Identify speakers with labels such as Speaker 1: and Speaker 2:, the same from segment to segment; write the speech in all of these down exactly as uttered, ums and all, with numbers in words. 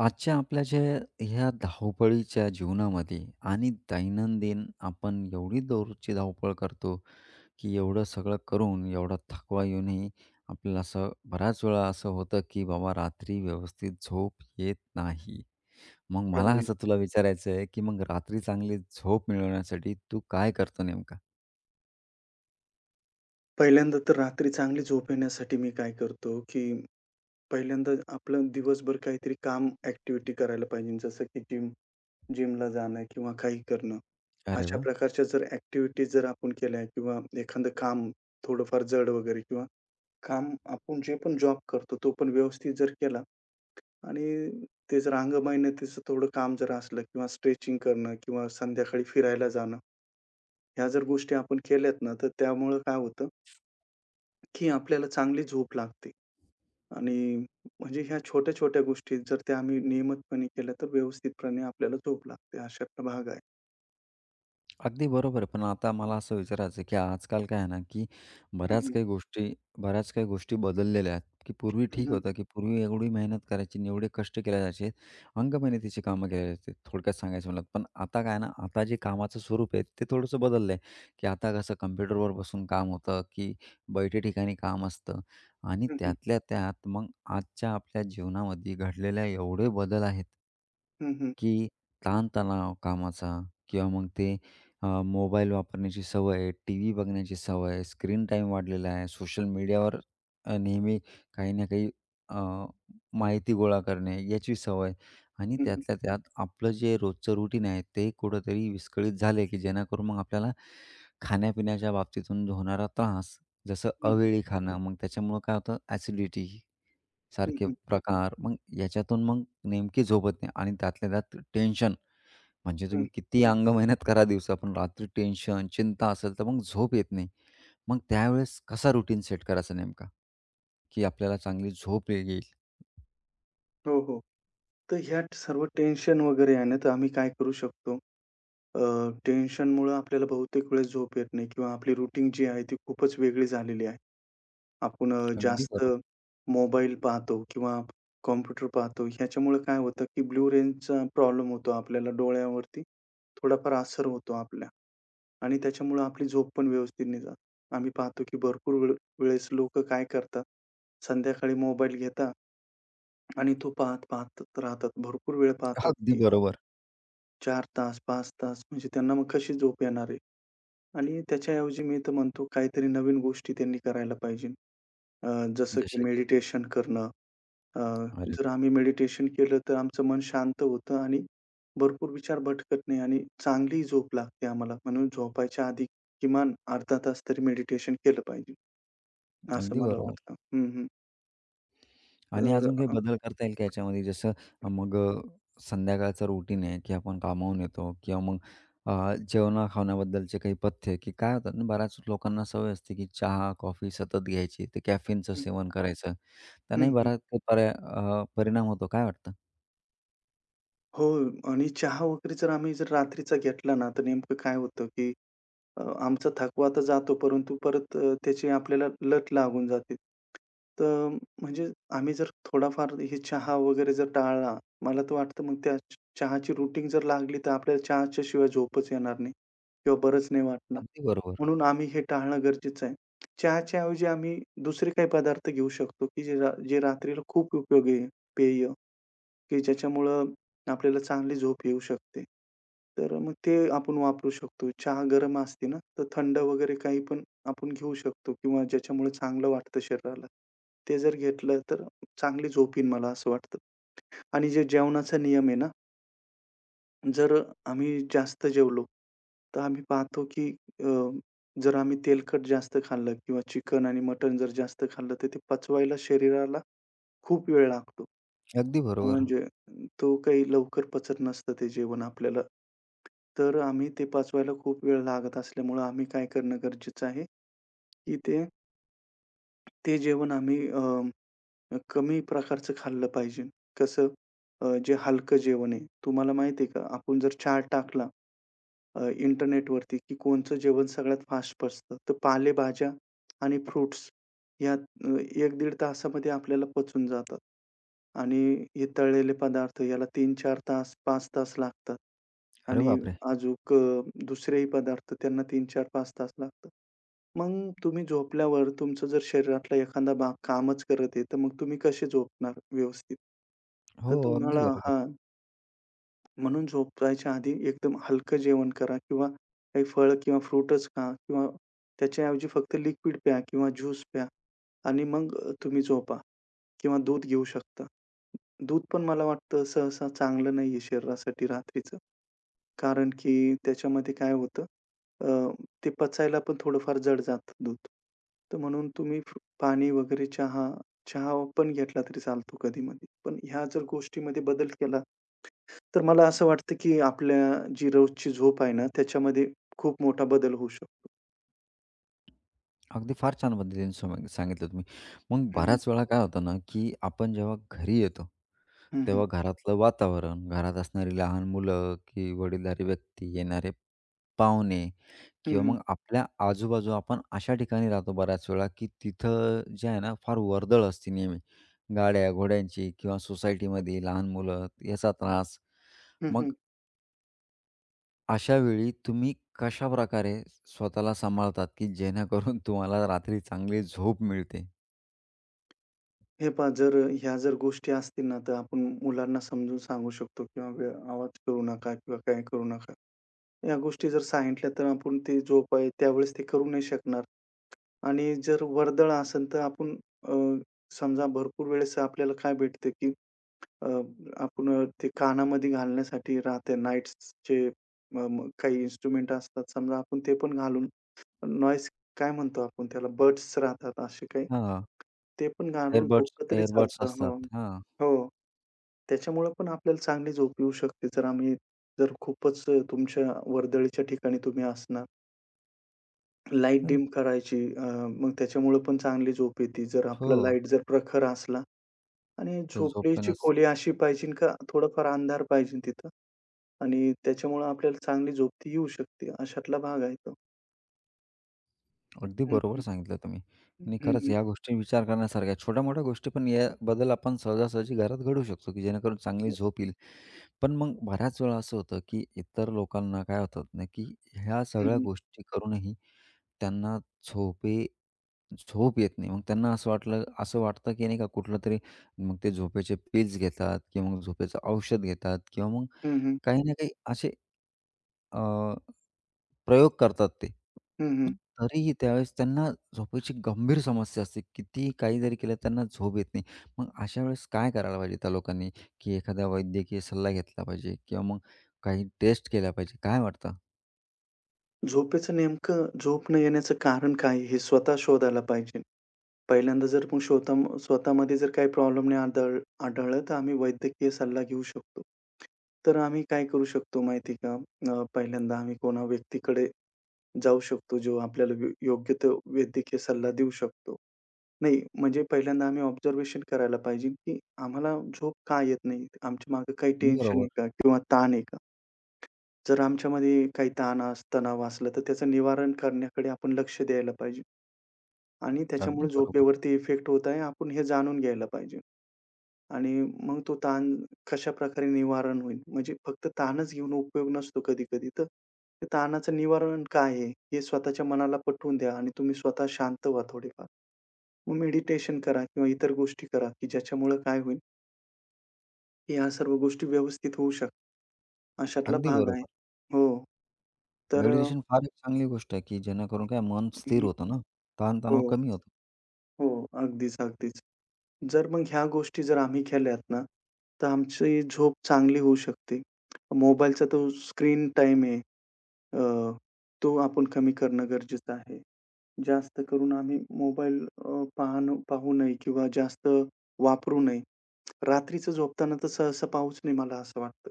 Speaker 1: आजच्या आपल्या ज्या ह्या धावपळीच्या जीवनामध्ये आणि दैनंदिन आपण एवढी दररोजची धावपळ करतो की एवढं सगळं करून एवढा थकवा येऊनही आपल्याला असं बऱ्याच वेळा असं होतं की बाबा रात्री व्यवस्थित झोप येत नाही. मग मला
Speaker 2: अगदी.
Speaker 1: असं तुला विचारायचं आहे की मग रात्री चांगली झोप मिळवण्यासाठी तू काय करतो नेमका?
Speaker 2: पहिल्यांदा तर रात्री चांगली झोप येण्यासाठी मी काय करतो, की पहिल्यांदा आपलं दिवसभर काहीतरी काम ॲक्टिव्हिटी करायला पाहिजे. जसं की जिम जिमला जाणं किंवा काही करणं.
Speaker 1: अरे
Speaker 2: अशा
Speaker 1: वाह!
Speaker 2: प्रकारच्या जर ॲक्टिव्हिटीज जर आपण केल्या किंवा एखादं काम थोडंफार जड वगैरे किंवा काम आपण जे पण जॉब करतो, तो पण व्यवस्थित जर केला आणि ते जर अंगमेहनतीचं थोडं काम जर असलं किंवा स्ट्रेचिंग करणं किंवा संध्याकाळी फिरायला जाणं, ह्या जर गोष्टी आपण केल्यात ना, तर त्यामुळं काय होतं की आपल्याला चांगली झोप लागते आणि म्हणजे ह्या छोट्या-छोट्या गोष्टी जर त्या आम्ही नियमितपणे केल्या, तर व्यवस्थितपणे आपल्याला झोप लागते. अशातला भाग आहे.
Speaker 1: अगदी बरोबर आहे. पण आता मला असं विचारायचं आहे, की आजकाल काय आहे ना, की
Speaker 2: हं,
Speaker 1: बऱ्याच
Speaker 2: हं.
Speaker 1: काही गोष्टी बऱ्याच काही गोष्टी बदललेल्या आहेत, की पूर्वी
Speaker 2: हं,
Speaker 1: ठीक
Speaker 2: हं.
Speaker 1: होतं, की पूर्वी एवढी मेहनत करायची आणि एवढे कष्ट केले जायचे. अंगमेहनतीची कामं केली जायची थोडक्यात सांगायचं म्हणलं. पण आता काय ना, आता जे कामाचं स्वरूप आहे ते थोडंसं बदललं आहे, की आता कसं कम्प्युटरवर बसून काम होतं, की बैठे ठिकाणी काम असतं आणि
Speaker 2: हं, हं.
Speaker 1: त्यातल्या त्यात मग आजच्या आपल्या जीवनामध्ये घडलेल्या एवढे बदल आहेत,
Speaker 2: हं, हं.
Speaker 1: की ताणतणाव कामाचा किंवा मग ते अ, मोबाईल वापरण्याची सवय आहे, टी व्ही बघण्याची सवय आहे, स्क्रीन टाईम वाढलेला आहे, सोशल मीडियावर अ, नेहमी काही ना काही अ, माहिती गोळा करणे याची सवय आणि
Speaker 2: हं, हं.
Speaker 1: त्यातल्या त्यात आपलं जे रोजचं रुटीन आहे ते कुठंतरी विस्कळीत झाले की जेणेकरून मग आपल्याला खाण्यापिण्याच्या बाबतीतून जो होणारा त्रास, जसं अवेळी खाणं, मग त्याच्यामुळं काय होतं ॲसिडिटी सारखे प्रकार, मग याच्यातून मग नेमकी झोप नाही आणि त्यातल्या त्यात टेन्शन म्हणजे तुम्ही किती अंगमेहनत करा दिवसा, पण रात्री टेन्शन, चिंता असेल तर मग झोप येत नाही. मग त्यावेळेस कसा रुटीन सेट करायचा नेमका, की आपल्याला चांगली झोप येईल?
Speaker 2: हो, हो. तर ह्या सर्व टेन्शन वगैरे आहे ना, तर आम्ही काय करू शकतो? अ, टेन्शनमुळं आपल्याला बहुतेक वेळेस झोप येत नाही किंवा आपली रुटीन जी आहे ती खूपच वेगळी झालेली आहे. आपण अ,
Speaker 1: अगदी
Speaker 2: जास्त
Speaker 1: बरोबर.
Speaker 2: मोबाईल पाहतो किंवा कॉम्प्युटर पाहतो. ह्याच्यामुळे काय होतं, की ब्लू रेंजचा प्रॉब्लेम होतो आपल्याला डोळ्यावरती थोडाफार असर होतो आपल्या आणि त्याच्यामुळं आपली झोप पण व्यवस्थित नाही जात. आम्ही पाहतो, की भरपूर वेळ वेळेस लोकं काय करतात, संध्याकाळी मोबाईल घेतात आणि तो पाहत, पाहत राहतात. भरपूर वेळ पाहतात,
Speaker 1: अगदी
Speaker 2: की
Speaker 1: बरोबर.
Speaker 2: चार तास, पाच तास म्हणजे त्यांना मग कशी झोप येणार आहे? आणि त्याच्याऐवजी मी तर म्हणतो काहीतरी नवीन गोष्टी त्यांनी करायला पाहिजे. अ, जसं की
Speaker 1: जसं की
Speaker 2: मेडिटेशन करणं. अ,
Speaker 1: अरे
Speaker 2: जर
Speaker 1: वाह!
Speaker 2: आम्ही मेडिटेशन केलं तर आमचं मन शांत होतं आणि भरपूर विचार भटकत नाही आणि चांगली झोप लागते आम्हाला. म्हणून झोपायच्या आधी किमान अर्धा तास तरी मेडिटेशन केलं पाहिजे, असं
Speaker 1: अगदी
Speaker 2: मला
Speaker 1: बरोबर.
Speaker 2: वाटतं. हं, हं.
Speaker 1: आणि
Speaker 2: तर
Speaker 1: अजून काही
Speaker 2: अ,
Speaker 1: बदल करता येईल का याच्यामध्ये? जसं अ, मग अ, संध्याकाळचं रुटीन आहे, की आपण कामावून येतो किंवा मग अ, जेवणा-खावण्याबद्दलचे काही पथ्ये, की काय होतात ना, बऱ्याच लोकांना सवय असते, की चहा, कॉफी सतत घ्यायची, ते कॅफीनचं
Speaker 2: हं,
Speaker 1: सेवन करायचं.
Speaker 2: हं,
Speaker 1: त्याने
Speaker 2: हं.
Speaker 1: बराच काही पर्या अ, परिणाम होतो. काय वाटतं?
Speaker 2: हो. आणि चहा वगैरे जर आम्ही जर रात्रीचा घेतला ना, तर नेमकं काय होतं की अ, आमचा थकवा तर जातो, परंतु परत, अ, त्याची आपल्याला लत लागून जाते. तर म्हणजे आम्ही जर थोडाफार हे चहा वगैरे जर टाळला, मला तर वाटतं मग त्या चहाची रुटीन जर लागली, तर आपल्याला चहाच्या शिवाय झोपच येणार नाही किंवा बरंच नाही वाटणार.
Speaker 1: अगदी बरोबर,
Speaker 2: म्हणून आम्ही हे टाळणं गरजेचं आहे. चहाच्या ऐवजी आम्ही दुसरे काही पदार्थ घेऊ शकतो, की जे रा जे रात्रीला खूप उपयोगी आहे, पेय. की ज्याच्यामुळं आपल्याला चांगली झोप येऊ शकते. तर मग ते आपण वापरू शकतो. चहा गरम असते ना, तर थंड वगैरे काही पण आपण घेऊ शकतो किंवा ज्याच्यामुळे चांगलं वाटतं शरीराला. ते जर घेतलं तर चांगली झोप येईल मला असं वाटतं. आणि जे जेवणाचा नियम आहे ना, जर आम्ही जास्त जेवलो, तर आम्ही पाहतो की अ, जर आम्ही तेलकट जास्त खाल्लं किंवा चिकन आणि मटण जर जास्त खाल्लं, तर ते पचवायला शरीराला खूप वेळ लागतो.
Speaker 1: अगदी बरोबर.
Speaker 2: म्हणजे तो काही लवकर पचत नसतं ते जेवण आपल्याला. तर आम्ही ते पचवायला खूप वेळ लागत असल्यामुळं आम्ही काय करणं गरजेचं आहे, की ते ते जेवण आम्ही अ, कमी प्रकारचं खाल्लं पाहिजे. कसं, अ, जे हलकं जेवण आहे. तुम्हाला माहिती आहे का आपण जर चहा टाकला, अ, इंटरनेटवरती, की कोणचं जेवण सगळ्यात फास्ट पचतं. तर पालेभाज्या आणि फ्रुट्स या, अ, एक ते दीड तासामध्ये आपल्याला पचून जातात. आणि हे तळलेले पदार्थ याला तीन ते चार तास, पाच तास लागतात.
Speaker 1: अरे
Speaker 2: आणि
Speaker 1: बापरे!
Speaker 2: अजूक अ, दुसरेही पदार्थ त्यांना तीन ते चार-पाच तास लागतात. मग तुम्ही झोपल्यावर तुमचं जर शरीरातला एखादा भाग कामच करत आहे, तर मग तुम्ही कसे झोपणार व्यवस्थित? तर
Speaker 1: हो, अगदी
Speaker 2: तुम्हाला
Speaker 1: बरोबर.
Speaker 2: हां. म्हणून झोपायच्या आधी एकदम हलकं जेवण करा किंवा काही फळं किंवा फ्रूटच खा किंवा त्याच्याऐवजी फक्त लिक्विड प्या किंवा ज्यूस प्या आणि मग अ, तुम्ही झोपा किंवा दूध घेऊ शकता. दूध पण मला वाटतं सहसा चांगलं नाहीये शरीरासाठी रात्रीचं. कारण की त्याच्यामध्ये काय होतं, अ, ते पचायला पण थोडंफार जड जातं दूध. तर म्हणून तुम्ही फ्रू पाणी वगैरे चहा, चहा पण घेतला तरी चालतो कधी-मधी. पण ह्या जर गोष्टीमध्ये बदल केला तर मला असं वाटतं, की आपल्या जी रोजची झोप आहे ना, त्याच्यामध्ये खूप मोठा बदल होऊ शकतो.
Speaker 1: अगदी फार छान पद्धतीने सम सांगितलं तुम्ही. मग
Speaker 2: हं, हं.
Speaker 1: बऱ्याच वेळा काय होतं ना, की आपण जेव्हा घरी येतो,
Speaker 2: हं, हं.
Speaker 1: तेव्हा घरातलं वातावरण, घरात असणारी लहान मुलं, की वडीलधारी व्यक्ती, येणारे पाहुणे
Speaker 2: हं,
Speaker 1: किंवा
Speaker 2: हं.
Speaker 1: मग आपल्या आजूबाजू आपण अशा ठिकाणी राहतो बऱ्याच वेळा, की तिथं जे आहे ना फार वर्दळ असते नेहमी. गाड्या, घोड्यांची किंवा सोसायटीमध्ये लहान मुलं याचा त्रास.
Speaker 2: हं,
Speaker 1: मग अशा वेळी तुम्ही कशाप्रकारे स्वतःला सांभाळतात, की जेणेकरून तुम्हाला रात्री चांगली झोप मिळते?
Speaker 2: हे पहा. जर ह्या जर गोष्टी असतील ना, तर आपण मुलांना समजून सांगू शकतो किंवा वेळ आवाज करू नका किंवा काय करू नका. या गोष्टी जर सांगितल्या तर आपण ते झोप आहे त्यावेळेस ते करू नाही शकणार आणि जर वर्दळ असेल तर आपण, अ, समजा भरपूर वेळेस आपल्याला काय भेटतं, की अ, आपण अ, ते कानामध्ये घालण्यासाठी राहते नाईट्सचे, अ, म काही इन्स्ट्रुमेंट असतात समजा आपण ते पण घालून नॉईज, काय म्हणतो आपण त्याला, बड्स राहतात असे काही.
Speaker 1: हां.
Speaker 2: ते पण घालून
Speaker 1: एअरबड्स
Speaker 2: झोपलं तरी
Speaker 1: एअर्बड्स
Speaker 2: चालतं.
Speaker 1: असतात.
Speaker 2: हो.
Speaker 1: हां.
Speaker 2: हो. त्याच्यामुळं पण आपल्याला चांगली झोप येऊ शकते जर आम्ही जर खूपच, अ, तुमच्या वर्दळीच्या ठिकाणी तुम्ही असणार. लाईट
Speaker 1: आणि
Speaker 2: डिम करायची, अ, मग त्याच्यामुळं पण चांगली झोप येते. जर
Speaker 1: हो,
Speaker 2: आपला लाईट जर प्रखर असला आणि
Speaker 1: तर
Speaker 2: झोपडीची
Speaker 1: झोपेनच
Speaker 2: खोली अशी पाहिजे का थोडाफार अंधार पाहिजे तिथं आणि त्याच्यामुळं आपल्याला चांगली झोपती येऊ शकते, अशातला भाग आहे तो.
Speaker 1: अगदी
Speaker 2: हं,
Speaker 1: बरोबर
Speaker 2: हं.
Speaker 1: सांगितलं तुम्ही. आणि
Speaker 2: हं,
Speaker 1: खरंच
Speaker 2: हं.
Speaker 1: या गोष्टी विचार करण्यासारख्या आहेत. छोट्या-मोठ्या गोष्टी पण या बदल आपण सहजासहजी घरात घडवू शकतो, की जेणेकरून
Speaker 2: हं,
Speaker 1: चांगली
Speaker 2: हं.
Speaker 1: झोप येईल. पण मग बऱ्याच वेळा असं होतं, की इतर लोकांना काय होतात ना, की ह्या सगळ्या गोष्टी करूनही त्यांना झोपे झोप येत नाही. मग त्यांना असं वाटलं असं वाटतं, की नाही का कुठलंतरी मग ते झोपेचे पिल्स घेतात किंवा मग झोपेचं औषध घेतात किंवा मग
Speaker 2: हं, हं.
Speaker 1: काही ना काही असे अ, प्रयोग करतात ते.
Speaker 2: हं, हं.
Speaker 1: पण तरीही त्यावेळेस त्यांना झोपेची गंभीर समस्या असते. कितीही काही जरी केलं त्यांना झोप येत नाही. मग अशा वेळेस काय करायला पाहिजे त्या लोकांनी, की एखादा वैद्यकीय सल्ला घेतला पाहिजे किंवा मग काही टेस्ट केल्या पाहिजे. काय वाटतं?
Speaker 2: झोपेचं नेमकं झोप न येण्याचं कारण काय आहे, हे स्वतः शोधायला पाहिजे. पहिल्यांदा जर मग शोधा स्वतःमध्ये जर काही प्रॉब्लेम नाही आढळ आढळलं, तर आम्ही वैद्यकीय सल्ला घेऊ शकतो. तर आम्ही काय करू शकतो माहिती का? अ, पहिल्यांदा आम्ही कोणा व्यक्तीकडे जाऊ शकतो, जो आपल्याला व योग्य तो वैद्यकीय सल्ला देऊ शकतो. नाही, म्हणजे पहिल्यांदा आम्ही ऑब्झर्वेशन करायला पाहिजे, की आम्हाला झोप का येत नाही? आमच्या मागे काही टेन्शन आहे
Speaker 1: बरोबर.
Speaker 2: का? किंवा ताण आहे का? जर आमच्यामध्ये काही ताण अस तणाव असला, तर त्याचं निवारण करण्याकडे आपण लक्ष द्यायला पाहिजे आणि
Speaker 1: अगदी
Speaker 2: त्याच्यामुळे
Speaker 1: बरोबर.
Speaker 2: झोपेवरती इफेक्ट होत आहे, आपण हे जाणून घ्यायला पाहिजे. आणि मग तो ताण कशाप्रकारे निवारण होईल? म्हणजे फक्त ताणच घेऊन उपयोग नसतो कधी-कधी. तर त्या ताणाचं निवारण काय आहे? हे स्वतःच्या मनाला पटवून द्या आणि तुम्ही स्वतः शांत व्हा थोडेफार. मग मेडिटेशन करा किंवा इतर गोष्टी करा, की ज्याच्यामुळे काय होईल, की ह्या सर्व गोष्टी व्यवस्थित होऊ शकतात. अशातला
Speaker 1: अगदी
Speaker 2: भाग आहे.
Speaker 1: बरोबर.
Speaker 2: हो. तर अ,
Speaker 1: मेडिटेशन फार एक चांगली गोष्ट आहे, की जेणेकरून काय मन स्थिर
Speaker 2: हं,
Speaker 1: होतं ना, ताणतणाव
Speaker 2: हो,
Speaker 1: कमी होतो.
Speaker 2: हो. अगदीच, अगदीच. जर मग ह्या गोष्टी जर आम्ही केल्यात ना, तर आमची झोप चांगली होऊ शकते. मोबाईलचा तो स्क्रीन टाईम आहे. अ, तो आपण कमी करणं गरजेचं आहे. जास्त करून आम्ही मोबाईल अ, पाहणं पाहू नये किंवा जास्त वापरू नये. रात्रीचं झोपताना तर सहसा पाहूच नये मला असं वाटतं.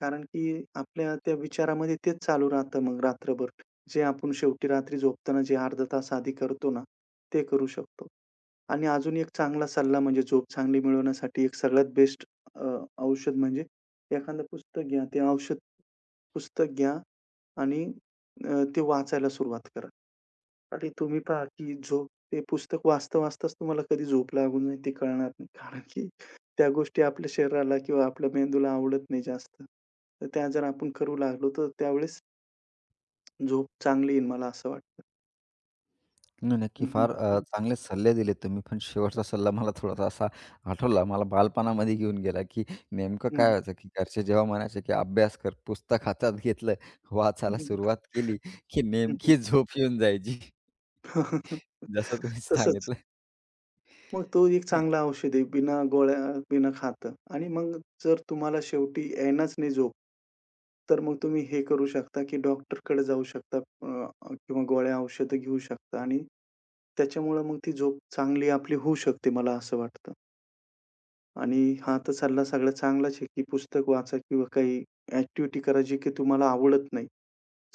Speaker 2: कारण की आपल्या त्या विचारामध्ये तेच चालू राहतं मग रात्रभर. जे आपण शेवटी रात्री झोपताना जे अर्धा तास आधी करतो ना, ते करू शकतो. आणि अजून एक चांगला सल्ला म्हणजे झोप चांगली मिळवण्यासाठी एक सगळ्यात बेस्ट औषध म्हणजे एखादं पुस्तक घ्या. ते औषध पुस्तक घ्या आणि, अ, ते वाचायला सुरुवात करा. आणि तुम्ही पहा की झोप ते पुस्तक वाचता-वाचताच तुम्हाला कधी झोप लागून जाईल ते कळणार नाही. कारण की त्या गोष्टी आपल्या शरीराला किंवा आपल्या मेंदूला आवडत नाही जास्त. तर त्या जर आपण करू लागलो, तर त्यावेळेस झोप चांगली येईल मला असं वाटतं.
Speaker 1: नाही, नक्की
Speaker 2: हं, हं.
Speaker 1: फार अ, चांगले सल्ले दिले तुम्ही. पण शेवटचा सल्ला मला थोडासा असा आठवला, मला बालपणामध्ये घेऊन गेला, की नेमकं काय
Speaker 2: हं,
Speaker 1: व्हायचं, की घरचे जेव्हा म्हणायचे, की "अभ्यास कर." पुस्तक हातात घेतलं, वाचायला
Speaker 2: हं,
Speaker 1: सुरुवात केली, की
Speaker 2: हं,
Speaker 1: नेमकी झोप येऊन जायची. जसं तुम्ही
Speaker 2: तसंच.
Speaker 1: सांगितलं.
Speaker 2: मग तो एक चांगला औषध आहे, बिना गोळ्या, बिना खातं आणि मग जर तुम्हाला शेवटी येणारच नाही झोप तर मग तुम्ही हे करू शकता, की डॉक्टरकडे जाऊ शकता, अ, किंवा गोळ्या, औषधं घेऊ शकता आणि त्याच्यामुळं मग ती झोप चांगली आपली होऊ शकते, मला असं वाटतं. आणि हा तर सल्ला सगळ्यात चांगलाच आहे, की पुस्तक वाचा किंवा काही ॲक्टिव्हिटी करा, जी की तुम्हाला आवडत नाही.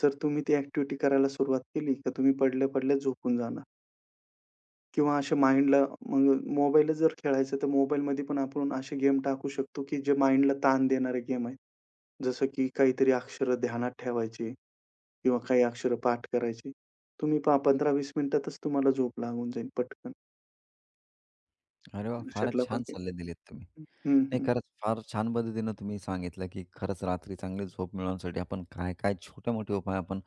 Speaker 2: जर तुम्ही ती ॲक्टिव्हिटी करायला सुरुवात केली, तर तुम्ही पडल्या-पडल्या झोपून जाणार किंवा अशा माइंडला, मग मोबाईलच जर खेळायचं, तर मोबाईलमध्ये पण आपण असे गेम टाकू शकतो, की जे माइंडला ताण देणारे गेम आहेत. जसं की काहीतरी अक्षरं ध्यानात ठेवायची, किंवा काही अक्षरं पाठ करायची. तुम्ही पहा पंधरा ते वीस मिनिटातच तुम्हाला झोप लागून जाईल पटकन.
Speaker 1: अरे वाह! फारच
Speaker 2: अशातला भाग
Speaker 1: छान
Speaker 2: आहे.
Speaker 1: सल्ले दिलेत तुम्ही. नाही,
Speaker 2: हं.
Speaker 1: खरंच फार छान पद्धतीनं तुम्ही सांगितलं, की खरंच रात्री चांगली झोप मिळवण्यासाठी आपण काय-काय छोटे-मोठे उपाय आपण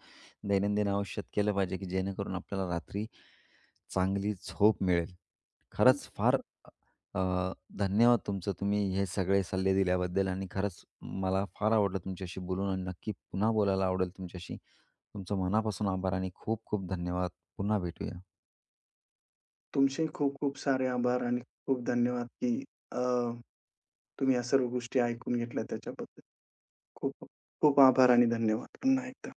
Speaker 1: दैनंदिन आयुष्यात केलं पाहिजे, की जेणेकरून आपल्याला रात्री चांगली झोप मिळेल.
Speaker 2: हं, हं.
Speaker 1: खरंच फार अ, धन्यवाद तुमचं. तुम्ही हे सगळे सल्ले दिल्याबद्दल आणि खरंच मला फार आवडलं तुमच्याशी बोलून आणि नक्की पुन्हा बोलायला आवडेल तुमच्याशी. तुमचं मनापासून आभार आणि खूप खूप धन्यवाद. पुन्हा भेटूया.
Speaker 2: तुमचे खूप खूप सारे आभार आणि खूप धन्यवाद, की अ, तुम्ही या सर्व गोष्टी ऐकून घेतल्या त्याच्याबद्दल. खूप खूप आभार आणि धन्यवाद. पुन्हा एकदा.